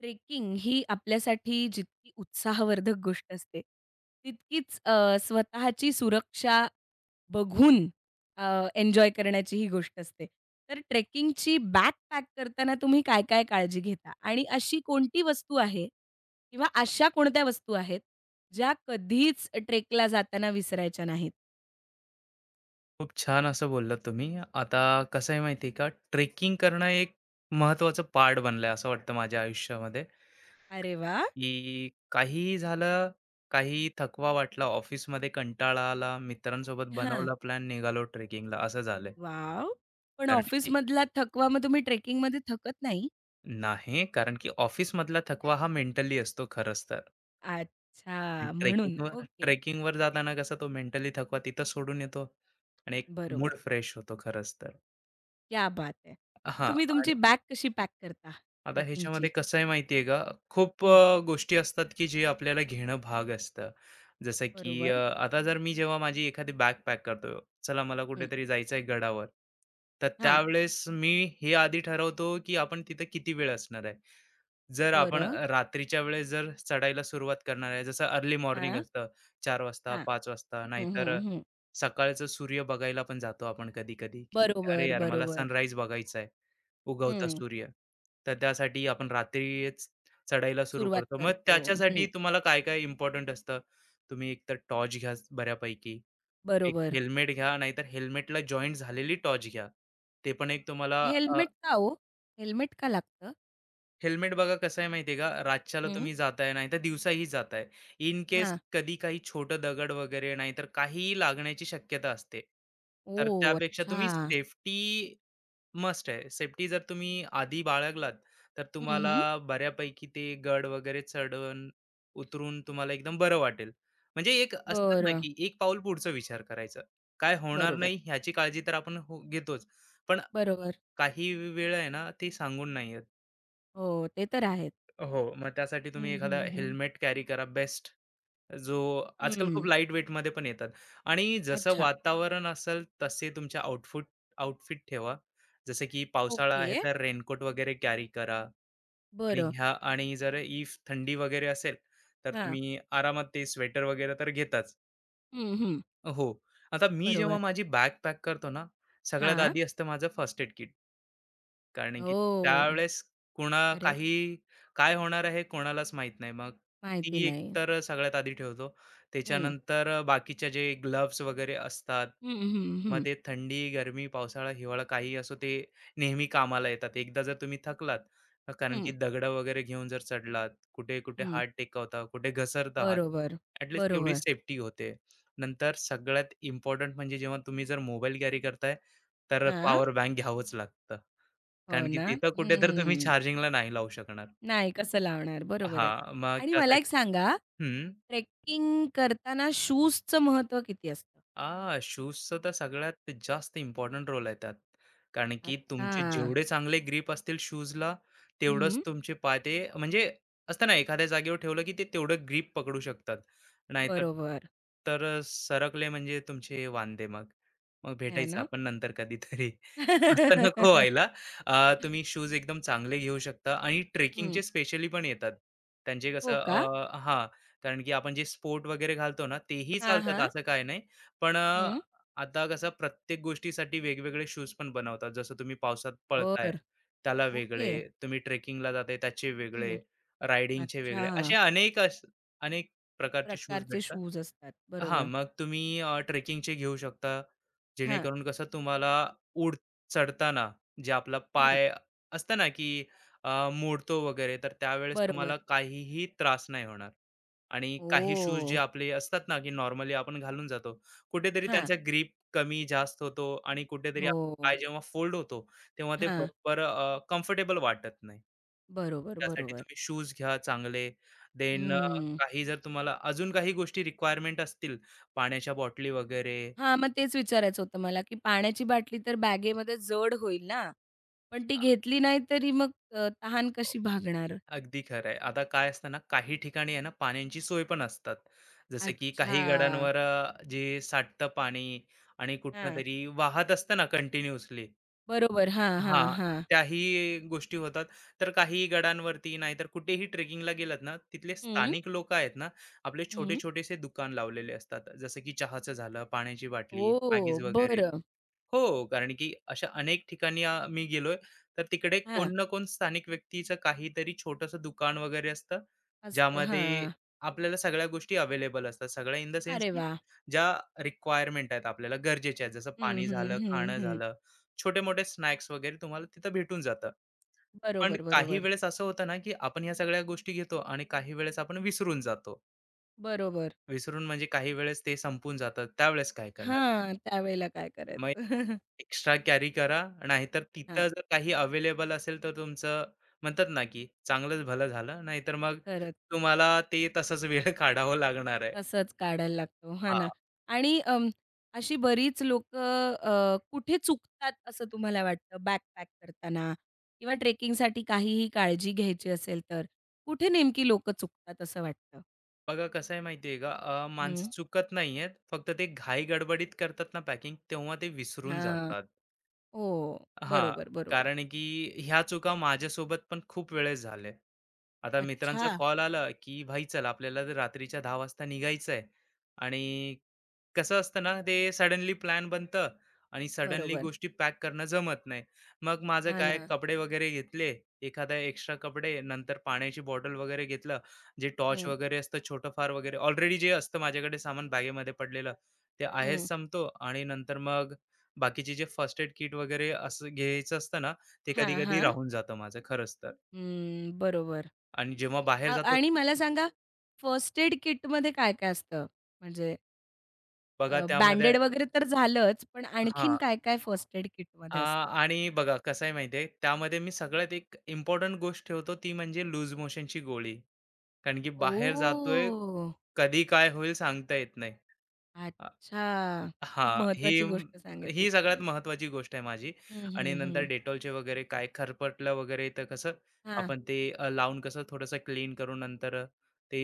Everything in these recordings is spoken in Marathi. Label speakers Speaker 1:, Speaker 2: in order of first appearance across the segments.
Speaker 1: ट्रेकिंग ही आपल्यासाठी जितकी उत्साहवर्धक गोष्ट असते, तितकीच स्वतःची सुरक्षा बघून एन्जॉय करण्याची ही गोष्ट असते. तर ट्रेकिंगची बॅग पॅक करताना तुम्ही काय-काय काळजी घेता? आणि अशी कोणती वस्तू आहे किंवा अशा कोणत्या वस्तू आहेत, ज्या कधीच ट्रेकला जाताना विसरायच्या नाहीत?
Speaker 2: खूप छान असं बोललात तुम्ही. आता कसं आहे माहिती आहे का, ट्रेकिंग करणं एक महत्त्वाचं पार्ट बनलंय असं वाटतं माझ्या आयुष्यामध्ये,
Speaker 1: अरे वाह!
Speaker 2: की काहीही झालं, काही थकवा वाटला, ऑफिसमध्ये कंटाळा आला, मित्रांसोबत
Speaker 1: हां.
Speaker 2: बनवला प्लॅन, निघालो ट्रेकिंगला असं झालंय.
Speaker 1: वॉव! पण
Speaker 2: कारण की
Speaker 1: ऑफिसमधला थकवा मग तुम्ही ट्रेकिंगमध्ये थकत नाही?
Speaker 2: नाही, कारण की ऑफिसमधला थकवा हा मेंटली असतो खरंच तर.
Speaker 1: अच्छा, म्हणून.
Speaker 2: ट्रेकिंगवर
Speaker 1: ओके.
Speaker 2: ट्रेकिंगवर जाताना कसं तो मेंटली थकवा तिथं सोडून येतो आणि एक
Speaker 1: बरोबर.
Speaker 2: मूड फ्रेश होतो खरंच तर.
Speaker 1: क्या बात है!
Speaker 2: हां.
Speaker 1: तुम्ही तुमची बॅग कशी पॅक करता
Speaker 2: आता ह्याच्यामध्ये
Speaker 1: ट्रेकिंगची?
Speaker 2: कसं आहे माहिती आहे का, खूप
Speaker 1: हं,
Speaker 2: गोष्टी असतात की जे आपल्याला घेणं भाग असतं. जसं की
Speaker 1: बरोबर.
Speaker 2: आता जर मी जेव्हा माझी एखादी बॅग पॅक करतो, चला मला
Speaker 1: हं,
Speaker 2: कुठेतरी जायचं आहे गडावर, तर
Speaker 1: हां,
Speaker 2: त्यावेळेस मी हे आधी ठरवतो की आपण तिथे किती वेळ असणार आहे. जर आपण
Speaker 1: बरं.
Speaker 2: रात्रीच्या वेळेस जर चढायला सुरुवात करणार आहे, जसं अर्ली मॉर्निंग
Speaker 1: हां,
Speaker 2: असतं 4 वाजता,
Speaker 1: हां.
Speaker 2: 5 वाजता,
Speaker 1: हं,
Speaker 2: नाहीतर
Speaker 1: हं, हं.
Speaker 2: सकाळचं सूर्य बघायला पण जातो आपण कधी-कधी, की अरे
Speaker 1: बरोबर,
Speaker 2: यार, मला
Speaker 1: बरोबर.
Speaker 2: सनराईज बघायचा आहे. उगवता
Speaker 1: हं,
Speaker 2: सूर्य. तर त्यासाठी आपण रात्रीच चढाईला सुरू
Speaker 1: सुरुवात
Speaker 2: करतो. मग
Speaker 1: करतो.
Speaker 2: त्याच्यासाठी
Speaker 1: हं,
Speaker 2: तुम्हाला काय-काय इम्पोर्टंट असतं? तुम्ही एकतर टॉर्च घ्या बऱ्यापैकी. एक
Speaker 1: बरोबर.
Speaker 2: हेल्मेट घ्या, नाहीतर हेल्मेटला जॉइंट झालेली टॉर्च घ्या. ते पण एक तुम्हाला
Speaker 1: हेल्मेट का हो? हेल्मेट का लागतं?
Speaker 2: हेल्मेट बघा कसं आहे माहिती आहे का? रातच्याला
Speaker 1: हं,
Speaker 2: तुम्ही जाताय, नाहीतर दिवसाही जाताय. इन केस
Speaker 1: हां.
Speaker 2: कधी काही छोटं दगड वगैरे नाहीतर काहीही लागण्याची शक्यता असते. तर
Speaker 1: ओह!
Speaker 2: त्यापेक्षा तुम्ही
Speaker 1: अच्छा.
Speaker 2: सेफ्टी मस्ट आहे. सेफ्टी जर तुम्ही आधी बाळगलात, तर
Speaker 1: हं,
Speaker 2: तुम्हाला
Speaker 1: हं.
Speaker 2: बऱ्यापैकी ते गड वगैरे चढून, उतरून तुम्हाला एकदम बरं वाटेल. म्हणजे एक असतात ना,
Speaker 1: बरं.
Speaker 2: की एक पाऊल पुढचा विचार करायचा. काय होणार
Speaker 1: बरोबर,
Speaker 2: नाही ह्याची काळजी तर आपण हो घेतोच. पण
Speaker 1: बरोबर.
Speaker 2: काही वेळा आहे ना, ते सांगून नाही येत.
Speaker 1: हो, ते तर आहेच.
Speaker 2: हो, मग त्यासाठी तुम्ही
Speaker 1: हं,
Speaker 2: एखादा
Speaker 1: हं, हं.
Speaker 2: हेल्मेट कॅरी करा बेस्ट. जो आजकाल खूप
Speaker 1: हं.
Speaker 2: लाईट वेटमध्ये पण येतात आणि जसं
Speaker 1: अच्छा.
Speaker 2: वातावरण असेल तसे तुमचे आउटफिट ठेवा. जसे की पावसाळा आहे
Speaker 1: ओके.
Speaker 2: तर रेनकोट वगैरे कॅरी करा आणि
Speaker 1: बरं.
Speaker 2: ह्या आणि जर इफ थंडी वगैरे असेल तर
Speaker 1: हां.
Speaker 2: तुम्ही आरामात ते स्वेटर वगैरे तर घेताच.
Speaker 1: हं, हं.
Speaker 2: हो. आता मी जेव्हा
Speaker 1: बरोबर.
Speaker 2: माझी बॅग पॅक करतो ना, सगळ्यात
Speaker 1: हां.
Speaker 2: आधी असतं माझं फर्स्ट एड किट. कारण की
Speaker 1: हो,
Speaker 2: त्यावेळेस कुणा
Speaker 1: करेक्ट.
Speaker 2: काही काय होणार आहे कोणालाच माहित नाही. मग
Speaker 1: माहिती
Speaker 2: ती एक
Speaker 1: नाही.
Speaker 2: तर सगळ्यात आधी ठेवतो.
Speaker 1: हं.
Speaker 2: त्याच्यानंतर बाकीच्या जे ग्लोव्हज वगैरे असतात,
Speaker 1: हं, हं,
Speaker 2: मग
Speaker 1: हं,
Speaker 2: ते थंडी, गरमी, पावसाळा, हिवाळा काही असो ते नेहमी कामाला येतात. एकदा जर तुम्ही थकलात, कारण
Speaker 1: हं,
Speaker 2: की दगडं वगैरे घेऊन जर चढलात, कुठे-कुठे
Speaker 1: हं.
Speaker 2: हात टेकवता, कुठे घसरता आहात,
Speaker 1: बरोबर,
Speaker 2: ॲटलीस्ट तेवढी
Speaker 1: बरोबर.
Speaker 2: सेफ्टी होते. नंतर सगळ्यात इम्पोर्टंट म्हणजे जेव्हा तुम्ही जर मोबाईल कॅरी करताय, तर
Speaker 1: हां,
Speaker 2: पॉवर बँक घ्यावंच लागतं.
Speaker 1: हो
Speaker 2: कारण की
Speaker 1: ना?
Speaker 2: तिथं कुठे तर तुम्ही
Speaker 1: हं.
Speaker 2: चार्जिंगला नाही लावू शकणार.
Speaker 1: नाही, कसं लावणार? बरोबर आहे.
Speaker 2: हां, मग
Speaker 1: आणि मला
Speaker 2: त्यासाठी
Speaker 1: एक सांगा,
Speaker 2: हं.
Speaker 1: ट्रेकिंग करताना शूजचं महत्त्व किती असतं?
Speaker 2: शूजचं तर सगळ्यात जास्त इम्पोर्टंट रोल आहे त्यात. कारण की तुमचे
Speaker 1: अच्छा.
Speaker 2: जेवढे चांगले ग्रीप असतील शूजला, तेवढंच
Speaker 1: हं,
Speaker 2: तुमचे पाय ते म्हणजे असतं ना एखाद्या जागेवर ठेवलं की ते तेवढं ग्रिप पकडू शकतात. नाहीतर
Speaker 1: बरोबर.
Speaker 2: तर सरकले म्हणजे तुमचे वांदे मग. मग
Speaker 1: आहे
Speaker 2: भेटायचं
Speaker 1: ना?
Speaker 2: आपण नंतर कधीतरी. असं नको व्हायला. तुम्ही शूज एकदम चांगले घेऊ शकता आणि
Speaker 1: हं.
Speaker 2: ट्रेकिंगचे स्पेशली पण येतात. त्यांचे
Speaker 1: हो
Speaker 2: कसं
Speaker 1: का?
Speaker 2: हां, कारण की आपण जे स्पोर्ट वगैरे घालतो ना, तेही
Speaker 1: हां,
Speaker 2: चालतात
Speaker 1: हां.
Speaker 2: असं काही नाही. पण
Speaker 1: हं.
Speaker 2: आता कसं प्रत्येक गोष्टीसाठी वेगवेगळे शूज पण बनवतात. जसं तुम्ही पावसात पळताय,
Speaker 1: बरं.
Speaker 2: त्याला वेगळे,
Speaker 1: ओके.
Speaker 2: तुम्ही ट्रेकिंगला जाताय त्याचे वेगळे,
Speaker 1: हं.
Speaker 2: रायडिंगचे वेगळे, असे
Speaker 1: अच्छा.
Speaker 2: अनेक अनेक प्रकारचे शूज
Speaker 1: प्रकारचे
Speaker 2: भेटतात.
Speaker 1: शूज असतात.
Speaker 2: हां,
Speaker 1: बरोबर.
Speaker 2: मग तुम्ही ट्रेकिंगचे घेऊ शकता.
Speaker 1: हां.
Speaker 2: जेणेकरून कसं तुम्हाला चढताना जे आपला
Speaker 1: हं.
Speaker 2: पाय असतं ना, की अ, मोडतो वगैरे, तर त्यावेळेस तुम्हाला
Speaker 1: बरोबर.
Speaker 2: काहीही त्रास नाही होणार. आणि काही शूज
Speaker 1: ओह!
Speaker 2: जे आपले असतात ना, की नॉर्मली आपण घालून जातो, कुठेतरी
Speaker 1: हां.
Speaker 2: त्यांचा ग्रीप कमी जास्त होतो आणि कुठेतरी आपला पाय
Speaker 1: हो.
Speaker 2: जेव्हा फोल्ड होतो, तेव्हा ते
Speaker 1: हां.
Speaker 2: बरोबर कम्फर्टेबल वाटत नाही.
Speaker 1: बरोबर,
Speaker 2: त्यासाठी
Speaker 1: बरोबर.
Speaker 2: तुम्ही शूज घ्या चांगले. देन
Speaker 1: हं.
Speaker 2: काही जर तुम्हाला अजून काही गोष्टी रिक्वायरमेंट असतील, पाण्याच्या बॉटली वगैरे
Speaker 1: हां, मग तेच विचारायचं होतं मला, की पाण्याची बाटली तर बॅगेमध्ये जड होईल ना, पण ती घेतली नाही तरी मग तहान कशी भागणार?
Speaker 2: अगदी खरं आहे. आता काय असतं ना, काही ठिकाणी आहे ना पाण्याची सोय पण असतात. जसं की काही
Speaker 1: अच्छा.
Speaker 2: गडांवर जे साठतं पाणी आणि कुठनं
Speaker 1: हां.
Speaker 2: तरी वाहत असतं ना कंटिन्यूअसली.
Speaker 1: बरोबर. हां, हां,
Speaker 2: हां,
Speaker 1: हां.
Speaker 2: त्याही गोष्टी होतात. तर काही गडांवरती नाहीतर कुठेही ट्रेकिंगला गेलात ना, तिथले
Speaker 1: हं,
Speaker 2: स्थानिक लोकं आहेत ना, आपले
Speaker 1: हं.
Speaker 2: छोटे-छोटेसे दुकान लावलेले असतात. जसं की चहाचं झालं, पाण्याची बाटली,
Speaker 1: ओह!
Speaker 2: मॅगीज वगैरे.
Speaker 1: बरं.
Speaker 2: हो, कारण की अशा अनेक ठिकाणी मी गेलोय, तर तिकडे
Speaker 1: हां.
Speaker 2: कोण ना कोण स्थानिक व्यक्तीचं काहीतरी छोटंसं दुकान वगैरे असतं,
Speaker 1: असतं.
Speaker 2: ज्यामध्ये
Speaker 1: हां.
Speaker 2: आपल्याला सगळ्या गोष्टी अवेलेबल असतात. सगळ्या इन द सेन्स
Speaker 1: अरे
Speaker 2: की
Speaker 1: वाह!
Speaker 2: ज्या रिक्वायरमेंट आहेत आपल्याला गरजेच्या आहेत. जसं
Speaker 1: हं,
Speaker 2: पाणी
Speaker 1: हं,
Speaker 2: झालं,
Speaker 1: हं,
Speaker 2: खाणं
Speaker 1: हं.
Speaker 2: झालं, छोटे-मोठे स्नॅक्स वगैरे तुम्हाला तिथं भेटून जातं. पण
Speaker 1: बरोबर,
Speaker 2: काही
Speaker 1: बरोबर.
Speaker 2: वेळेस असं होतं ना, की आपण ह्या सगळ्या गोष्टी घेतो आणि काही वेळेस आपण विसरून जातो.
Speaker 1: बरोबर.
Speaker 2: विसरून म्हणजे काही वेळेस ते संपून जातं. त्यावेळेस काय करणार?
Speaker 1: हां, त्यावेळेला काय करायचं?
Speaker 2: मग एक्स्ट्रा कॅरी करा. नाहीतर
Speaker 1: हां,
Speaker 2: तिथं जर काही अवेलेबल असेल, तर तुमचं म्हणतात ना, की चांगलंच भलं झालं. नाहीतर मग
Speaker 1: खरंच.
Speaker 2: तुम्हाला ते तसाच वेळ काढावा लागणार आहे.
Speaker 1: तसंच काढायला लागतो. हां
Speaker 2: हां.
Speaker 1: ना. आणि अं, अशी बरीच लोकं कुठे चुकतात असं तुम्हाला वाटतं बॅकपॅक करताना किंवा ट्रेकिंगसाठी काहीही काळजी घ्यायची असेल तर? कुठे नेमकी लोकं चुकतात असं वाटतं?
Speaker 2: बघा कसं आहे माहिती आहे का, माणसं
Speaker 1: हं.
Speaker 2: चुकत नाहीयेत. फक्त ते घाई गडबडीत करतात ना पॅकिंग, तेव्हा ते विसरून
Speaker 1: हां.
Speaker 2: जातात.
Speaker 1: हो.
Speaker 2: हां,
Speaker 1: बरोबर, बरोबर.
Speaker 2: कारण आहे की ह्या चुका माझ्यासोबत पण खूप वेळेस झाल्या. आता मित्रांचा
Speaker 1: अच्छा.
Speaker 2: कॉल आला, की "भाई चल आपल्याला तर रात्रीच्या 10 वाजता निघायचं आहे." आणि कसं असतं ना, ते सडनली प्लॅन बनतं आणि सडनली
Speaker 1: बरोबर.
Speaker 2: गोष्टी पॅक करणं जमत नाही. मग माझं
Speaker 1: हां
Speaker 2: काय
Speaker 1: ना.
Speaker 2: कपडे वगैरे घेतले, एखादा एक्स्ट्रा कपडे, नंतर पाण्याची बॉटल वगैरे घेतलं, जे टॉर्च
Speaker 1: हं,
Speaker 2: वगैरे असतं छोटंफार वगैरे ऑलरेडी जे असतं माझ्याकडे सामान बॅगेमध्ये पडलेलं, ते आहेच
Speaker 1: हं.
Speaker 2: संपतो आणि नंतर मग बाकीचे जे फर्स्ट एड किट वगैरे असं घ्यायचं असतं ना, ते
Speaker 1: हां,
Speaker 2: कधी-कधी
Speaker 1: हां.
Speaker 2: राहून जातं माझं खरंच तर.
Speaker 1: हं. बरोबर.
Speaker 2: आणि जेव्हा बाहेर
Speaker 1: आ
Speaker 2: जातो
Speaker 1: आणि मला सांगा फर्स्ट एड किटमध्ये काय-काय असतं? म्हणजे
Speaker 2: बघा त्यामध्ये
Speaker 1: बँडेड वगैरे तर झालंच, पण
Speaker 2: हां.
Speaker 1: आणखीन काय-काय फर्स्ट एड
Speaker 2: आ,
Speaker 1: किटमध्ये असतं?
Speaker 2: आणि बघा कसं आहे माहिती त्यामध्ये मी सगळ्यात एक इम्पोर्टंट गोष्ट ठेवतो ती म्हणजे लूज मोशनची गोळी. कारण की बाहेर जातोय,
Speaker 1: ओह!
Speaker 2: कधी काय होईल सांगता येत नाही.
Speaker 1: अच्छा. खूप
Speaker 2: हां, ही
Speaker 1: महत्त्वाची गोष्ट सांगितलीत
Speaker 2: ही सगळ्यात
Speaker 1: तुम्ही.
Speaker 2: महत्त्वाची गोष्ट आहे माझी
Speaker 1: हं,
Speaker 2: आणि
Speaker 1: हं,
Speaker 2: नंतर
Speaker 1: हं.
Speaker 2: डेटॉलचे वगैरे काय खरपटलं वगैरे तर कसं
Speaker 1: हां,
Speaker 2: आपण ते लावून कसं थोडंसं क्लीन करून नंतर ते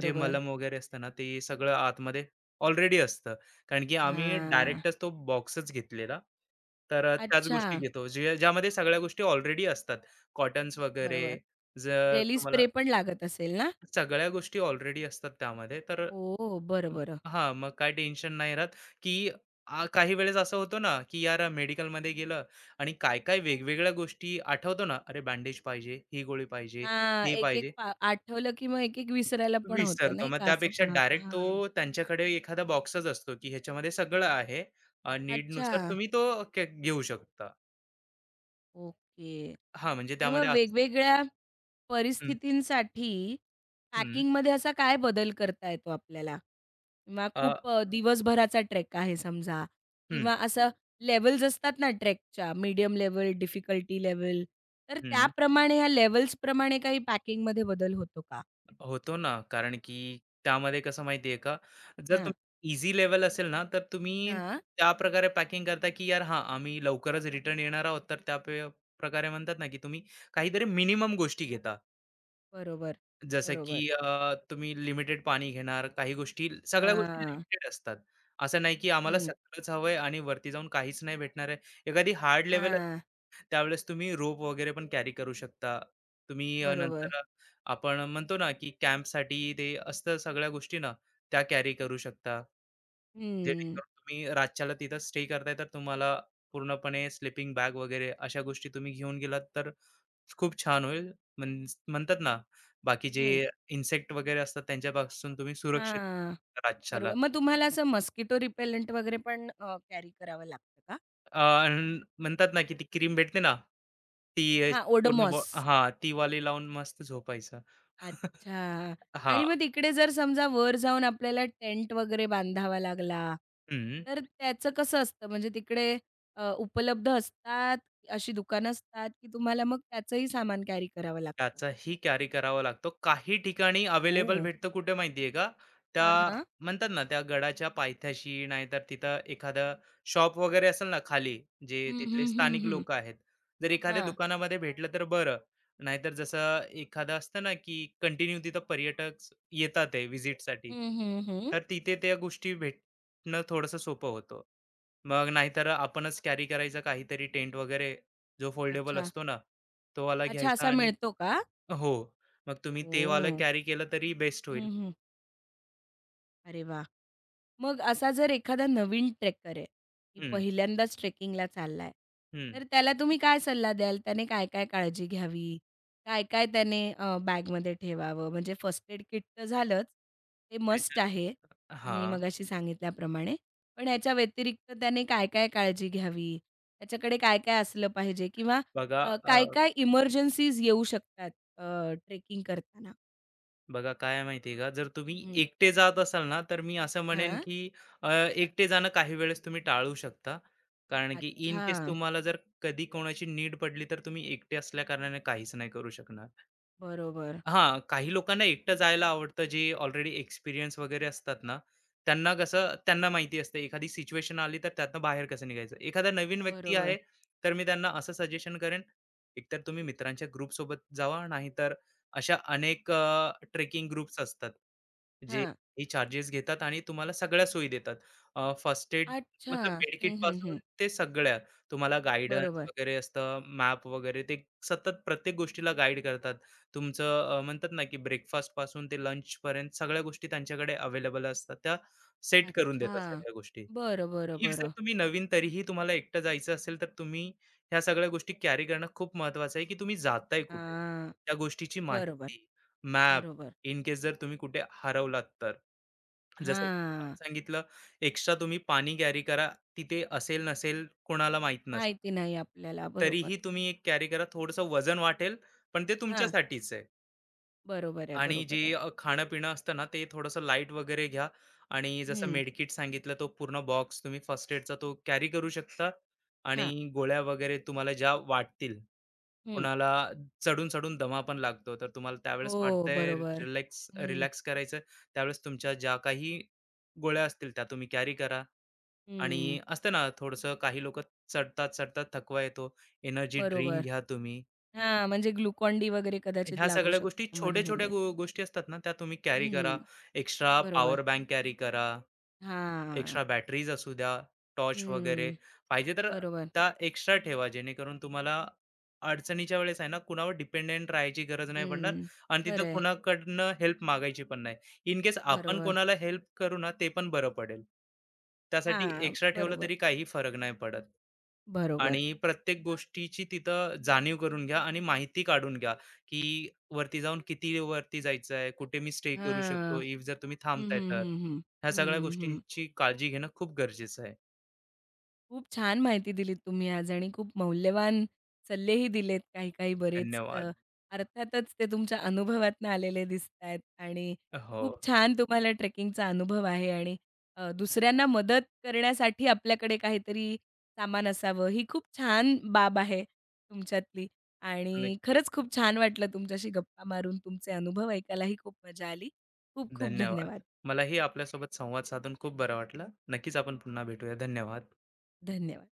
Speaker 2: जे मलम वगैरे असतं ना, ते सगळं आतमध्ये ऑलरेडी असतं. कारण की आम्ही
Speaker 1: हां.
Speaker 2: डायरेक्टच तो बॉक्सच घेतलेला. तर त्याच
Speaker 1: अच्छा,
Speaker 2: गोष्टी घेतो, जे ज्यामध्ये सगळ्या गोष्टी ऑलरेडी असतात. कॉटन्स वगैरे
Speaker 1: बरोबर.
Speaker 2: जर
Speaker 1: रेली
Speaker 2: तुम्हाला
Speaker 1: स्प्रे पण लागत असेल ना?
Speaker 2: सगळ्या गोष्टी ऑलरेडी असतात त्यामध्ये तर
Speaker 1: ओ, बरं, बरं.
Speaker 2: हां, मग काय टेन्शन नाही राहत, की काही वेळेस असं होतं ना, की यार मेडिकलमध्ये गेलं आणि काय-काय वेगवेगळ्या गोष्टी आठवतो ना, अरे बँडेज पाहिजे, ही गोळी पाहिजे,
Speaker 1: हां,
Speaker 2: ते
Speaker 1: एक-एक
Speaker 2: पाहिजे,
Speaker 1: पा आठवलं की मग एक-एक विसरायला पण होतं
Speaker 2: विसरतो.
Speaker 1: नाही
Speaker 2: मग
Speaker 1: का? असं
Speaker 2: त्यापेक्षा
Speaker 1: पण होतं.
Speaker 2: डायरेक्ट तो
Speaker 1: हां.
Speaker 2: त्यांच्याकडे एखादा बॉक्सच असतो, की ह्याच्यामध्ये सगळं आहे.
Speaker 1: अच्छा,
Speaker 2: नीडनुसार तुम्ही तो घेऊ शकता.
Speaker 1: ओके.
Speaker 2: हां, म्हणजे
Speaker 1: आणि
Speaker 2: त्यामध्ये
Speaker 1: मग
Speaker 2: असं
Speaker 1: वेगवेगळ्या
Speaker 2: हं,
Speaker 1: परिस्थितींसाठी
Speaker 2: हं.
Speaker 1: पॅकिंगमध्ये असा काय बदल करता येतो आपल्याला? किंवा
Speaker 2: अ,
Speaker 1: खूप दिवसभराचा ट्रेक आहे समजा
Speaker 2: हं,
Speaker 1: किंवा असं लेव्हल्स असतात ना ट्रेकच्या मीडियम लेव्हल, डिफिकल्टी लेव्हल, तर
Speaker 2: हं.
Speaker 1: त्याप्रमाणे ह्या लेव्हल्सप्रमाणे काही पॅकिंगमध्ये बदल होतो का?
Speaker 2: होतो ना, कारण की त्यामध्ये कसं माहिती का, जर
Speaker 1: हां,
Speaker 2: तुम्ही ईझी लेव्हल असेल ना, तर तुम्ही
Speaker 1: हां.
Speaker 2: त्या प्रकारे पॅकिंग करता, की यार हां, आम्ही लवकरच रिटर्न येणार आहोत. तर त्या प्रकारे म्हणतात ना, की तुम्ही काहीतरी मिनिमम गोष्टी घेता.
Speaker 1: बरोबर,
Speaker 2: जसं
Speaker 1: बरोबर.
Speaker 2: की तुम्ही लिमिटेड पाणी घेणार, काही गोष्टी सगळ्या गोष्टी
Speaker 1: हां.
Speaker 2: लिमिटेड असतात. असं नाही, की आम्हाला
Speaker 1: हं.
Speaker 2: सगळंच हवंय आणि वरती जाऊन काहीच नाही भेटणार आहे. एखादी हार्ड लेव्हल
Speaker 1: हां.
Speaker 2: त्यावेळेस तुम्ही रोप वगैरे पण कॅरी करू शकता. तुम्ही
Speaker 1: बरोबर.
Speaker 2: नंतर आपण म्हणतो ना, की कॅम्पसाठी ते असतं सगळ्या गोष्टी ना, त्या कॅरी करू शकता.
Speaker 1: हं,
Speaker 2: जेणेकरून तुम्ही रातच्याला तिथं स्टे करताय, तर तुम्हाला पूर्णपणे स्लीपिंग बॅग वगैरे अशा गोष्टी तुम्ही घेऊन गेलात, तर खूप छान होईल. म्हणतात ना, बाकी जे
Speaker 1: हं.
Speaker 2: इन्सेक्ट वगैरे असतात त्यांच्यापासून तुम्ही सुरक्षित
Speaker 1: हां.
Speaker 2: रातच्याला.
Speaker 1: बरोबर. मग तुम्हाला असं मस्किटो रिपेलंट वगैरे पण कॅरी करावं लागतं का?
Speaker 2: अ, म्हणतात ना, की ती क्रीम भेटते ना, ती
Speaker 1: हां,
Speaker 2: पूर्ण
Speaker 1: ओड़ोमॉस,
Speaker 2: हां, ती वाली लावून मस्त झोपायचं.
Speaker 1: अच्छा.
Speaker 2: हा,
Speaker 1: आणि मग तिकडे जर समजा वर जाऊन आपल्याला टेंट वगैरे बांधावा लागला,
Speaker 2: हं.
Speaker 1: तर त्याचं कसं असतं? म्हणजे तिकडे उपलब्ध असतात, अशी दुकानं असतात, की तुम्हाला मग त्याचंही सामान कॅरी करावं लागतं?
Speaker 2: त्याचाही कॅरी करावा लागतो. काही ठिकाणी अवेलेबल
Speaker 1: ओह!
Speaker 2: भेटतं कुठे माहिती आहे का?
Speaker 1: हां,
Speaker 2: त्या
Speaker 1: हां.
Speaker 2: म्हणतात ना, त्या गडाच्या पायथ्याशी नाहीतर तिथं एखादं शॉप वगैरे असेल ना खाली, जे
Speaker 1: हं,
Speaker 2: तिथले
Speaker 1: हं, हं,
Speaker 2: स्थानिक
Speaker 1: हं.
Speaker 2: लोकं आहेत. जर एखाद्या
Speaker 1: हां.
Speaker 2: दुकानामध्ये भेटलं तर बरं. नाहीतर जसं एखादं असतं ना, की कंटिन्यू तिथं पर्यटक येतात आहे व्हिजिटसाठी.
Speaker 1: हं, हं, हं.
Speaker 2: तर तिथे त्या गोष्टी भेटणं थोडंसं सोपं होतं. मग नाहीतर आपणच कॅरी करायचा काहीतरी टेंट वगैरे, जो फोल्डेबल
Speaker 1: अच्छा.
Speaker 2: असतो ना, तोवाला
Speaker 1: अच्छा,
Speaker 2: घ्यायचा
Speaker 1: असा
Speaker 2: आणि
Speaker 1: मिळतो का?
Speaker 2: हो. मग तुम्ही ते वालं
Speaker 1: ओह!
Speaker 2: कॅरी केलं तरी बेस्ट होईल.
Speaker 1: हं, हं. अरे वाह! मग असा जर एखादा नवीन ट्रेकर आहे, की
Speaker 2: हं,
Speaker 1: पहिल्यांदाच ट्रेकिंगला चाललाय,
Speaker 2: हं.
Speaker 1: तर त्याला तुम्ही काय सल्ला द्याल? त्याने काय-काय काळजी घ्यावी? काय-काय त्याने बॅगमध्ये ठेवावं? म्हणजे फर्स्ट एड किट तर झालंच, ते मस्ट आहे, तुम्ही
Speaker 2: हां.
Speaker 1: मगाशी सांगितल्याप्रमाणे. पण ह्याच्या व्यतिरिक्त त्याने काय-काय काळजी घ्यावी? त्याच्याकडे काय-काय असलं पाहिजे? किंवा
Speaker 2: बघा अ,
Speaker 1: काय-काय इमर्जन्सीज येऊ शकतात ट्रेकिंग करताना?
Speaker 2: बघा काय आहे माहिती का, जर तुम्ही
Speaker 1: हं.
Speaker 2: एकटे जात असाल ना, तर मी असं म्हणेन
Speaker 1: हां.
Speaker 2: की एकटे जाणं काही वेळेस तुम्ही टाळू शकता. कारण की इन
Speaker 1: अच्छा.
Speaker 2: केस तुम्हाला जर कधी कोणाची नीड पडली, तर तुम्ही एकटे असल्याकारणाने काहीच नाही करू शकणार.
Speaker 1: बरोबर,
Speaker 2: हां, काही लोकांना एकटं जायला आवडतं, जे ऑलरेडी एक्सपिरियन्स वगैरे असतात ना, त्यांना कसं त्यांना माहिती असतं एखादी सिच्युएशन आली, तर त्यातनं बाहेर कसं निघायचं. एखादा नवीन व्यक्ती आहे,
Speaker 1: बरोबर.
Speaker 2: तर मी त्यांना असं सजेशन करेन, एकतर तुम्ही मित्रांच्या ग्रुपसोबत जावा, नाहीतर अशा अनेक ट्रेकिंग ग्रुप्स असतात, जे
Speaker 1: हां.
Speaker 2: चार्जेस घेतात आणि तुम्हाला सगळ्या सोयी देतात. फर्स्ट एड
Speaker 1: अच्छा.
Speaker 2: मतलब
Speaker 1: हं, हं,
Speaker 2: मेडकिटपासून
Speaker 1: हं.
Speaker 2: ते सगळ्या. तुम्हाला गाईडन्स
Speaker 1: बरोबर.
Speaker 2: वगैरे असतं, मॅप वगैरे ते सतत प्रत्येक गोष्टीला गाईड करतात. तुमचं म्हणतात ना की ब्रेकफास्ट पासून ते लंच पर्यंत सगळ्या गोष्टी त्यांच्याकडे अवेलेबल असतात. त्या सेट करून
Speaker 1: अच्छा.
Speaker 2: देतात सगळ्या गोष्टी.
Speaker 1: बरं, बरं,
Speaker 2: इफ जर
Speaker 1: बरं.
Speaker 2: तुम्ही नवीन तरीही तुम्हाला एकटं जायचं असेल, तर तुम्ही ह्या सगळ्या गोष्टी कॅरी करणं खूप महत्वाचं आहे, की तुम्ही जाताय कुठे?
Speaker 1: हां.
Speaker 2: त्या गोष्टीची
Speaker 1: बरोबर,
Speaker 2: माहिती, मॅप
Speaker 1: बरोबर.
Speaker 2: इन केस जर तुम्ही कुठे हरवलात तर. जसं मी तुम्हाला
Speaker 1: हां.
Speaker 2: सांगितलं, एक्स्ट्रा तुम्ही पाणी कॅरी करा. तिथे असेल नसेल कोणाला माहीत नसतं.
Speaker 1: माहिती नाही आपल्याला. बरोबर.
Speaker 2: तरीही तुम्ही एक कॅरी करा. थोडंसं वजन वाटेल, पण ते
Speaker 1: हां.
Speaker 2: तुमच्यासाठीच आहे.
Speaker 1: बरोबर आहे,
Speaker 2: आणि जे
Speaker 1: बरोबर आहे.
Speaker 2: खाणं-पिणं असतं ना, ते थोडंसं लाईट वगैरे घ्या आणि जसं
Speaker 1: हं.
Speaker 2: मेडकिट सांगितलं, तो पूर्ण बॉक्स तुम्ही फर्स्ट एडचा तो कॅरी करू शकता आणि
Speaker 1: हां.
Speaker 2: गोळ्या वगैरे तुम्हाला ज्या वाटतील.
Speaker 1: हं.
Speaker 2: कुणाला चढून-चढून दमा पण लागतो, तर तुम्हाला त्यावेळेस
Speaker 1: हो,
Speaker 2: वाटतंय
Speaker 1: बरोबर.
Speaker 2: रिलॅक्स
Speaker 1: हं,
Speaker 2: रिलॅक्स करायचं, त्यावेळेस तुमच्या ज्या काही गोळ्या असतील त्या तुम्ही कॅरी करा
Speaker 1: हं.
Speaker 2: आणि असतं ना, थोडंसं काही लोकं चढतात-चढतात थकवा येतो, एनर्जी
Speaker 1: बरोबर.
Speaker 2: ड्रिंक घ्या तुम्ही.
Speaker 1: हां, म्हणजे ग्लुकॉन-डी वगैरे कदाचित
Speaker 2: ह्या
Speaker 1: लागू
Speaker 2: सगळ्या गोष्टी
Speaker 1: शकतं हं.
Speaker 2: छोट्या-छोट्या
Speaker 1: मध्ये-मध्ये.
Speaker 2: गोष्टी असतात ना, त्या तुम्ही कॅरी करा.
Speaker 1: हं.
Speaker 2: एक्स्ट्रा हं.
Speaker 1: बरोबर.
Speaker 2: पॉवर बँक कॅरी करा.
Speaker 1: हां.
Speaker 2: एक्स्ट्रा बॅटरीज असू द्या, टॉर्च वगैरे.
Speaker 1: हं.
Speaker 2: पाहिजे तर
Speaker 1: बरोबर.
Speaker 2: त्या एक्स्ट्रा ठेवा, जेणेकरून तुम्हाला अडचणीच्या वेळेस आहे ना, कुणावर डिपेंडेंट राहायची गरज नाही पडणार
Speaker 1: हं.
Speaker 2: आणि तिथं
Speaker 1: खरं आहे.
Speaker 2: कोणाकडनं हेल्प मागायची पण नाही. इन केस आपण
Speaker 1: बरोबर.
Speaker 2: कोणाला हेल्प करू ना, ते पण बरं पडेल. त्यासाठी
Speaker 1: हां.
Speaker 2: एक्स्ट्रा ठेवलं
Speaker 1: बरोबर,
Speaker 2: तरी काही फरक नाही पडत.
Speaker 1: बरोबर.
Speaker 2: आणि प्रत्येक गोष्टीची तिथं जाणीव करून घ्या आणि माहिती काढून घ्या, की वरती जाऊन किती वरती जायचं आहे, कुठे मी स्टे करू शकतो,
Speaker 1: हां.
Speaker 2: इफ जर तुम्ही
Speaker 1: हं,
Speaker 2: थांबताय
Speaker 1: हं,
Speaker 2: तर.
Speaker 1: हं, हं.
Speaker 2: ह्या सगळ्या
Speaker 1: हं, हं.
Speaker 2: गोष्टींची काळजी घेणं खूप गरजेचं आहे.
Speaker 1: खूप छान माहिती दिलीत तुम्ही आज आणि खूप मौल्यवान सल्लेही दिलेत काही-काही बरेच.
Speaker 2: धन्यवाद.
Speaker 1: अर्थातच ते तुमच्या अनुभवातनं आलेले दिसतायत आणि
Speaker 2: हो,
Speaker 1: खूप छान तुम्हाला ट्रेकिंगचा अनुभव आहे आणि दुसऱ्यांना मदत करण्यासाठी आपल्याकडे काहीतरी सामान असावं, ही खूप छान बाब आहे तुमच्यातली आणि
Speaker 2: नक्की.
Speaker 1: खरंच खूप छान वाटलं तुमच्याशी गप्पा मारून. तुमचे अनुभव ऐकायलाही खूप मजा आली. खूप खूप
Speaker 2: धन्यवाद.
Speaker 1: धन्यवाद.
Speaker 2: मलाही आपल्यासोबत संवाद साधून खूप बरं वाटलं. नक्कीच आपण पुन्हा भेटूया. धन्यवाद.
Speaker 1: धन्यवाद.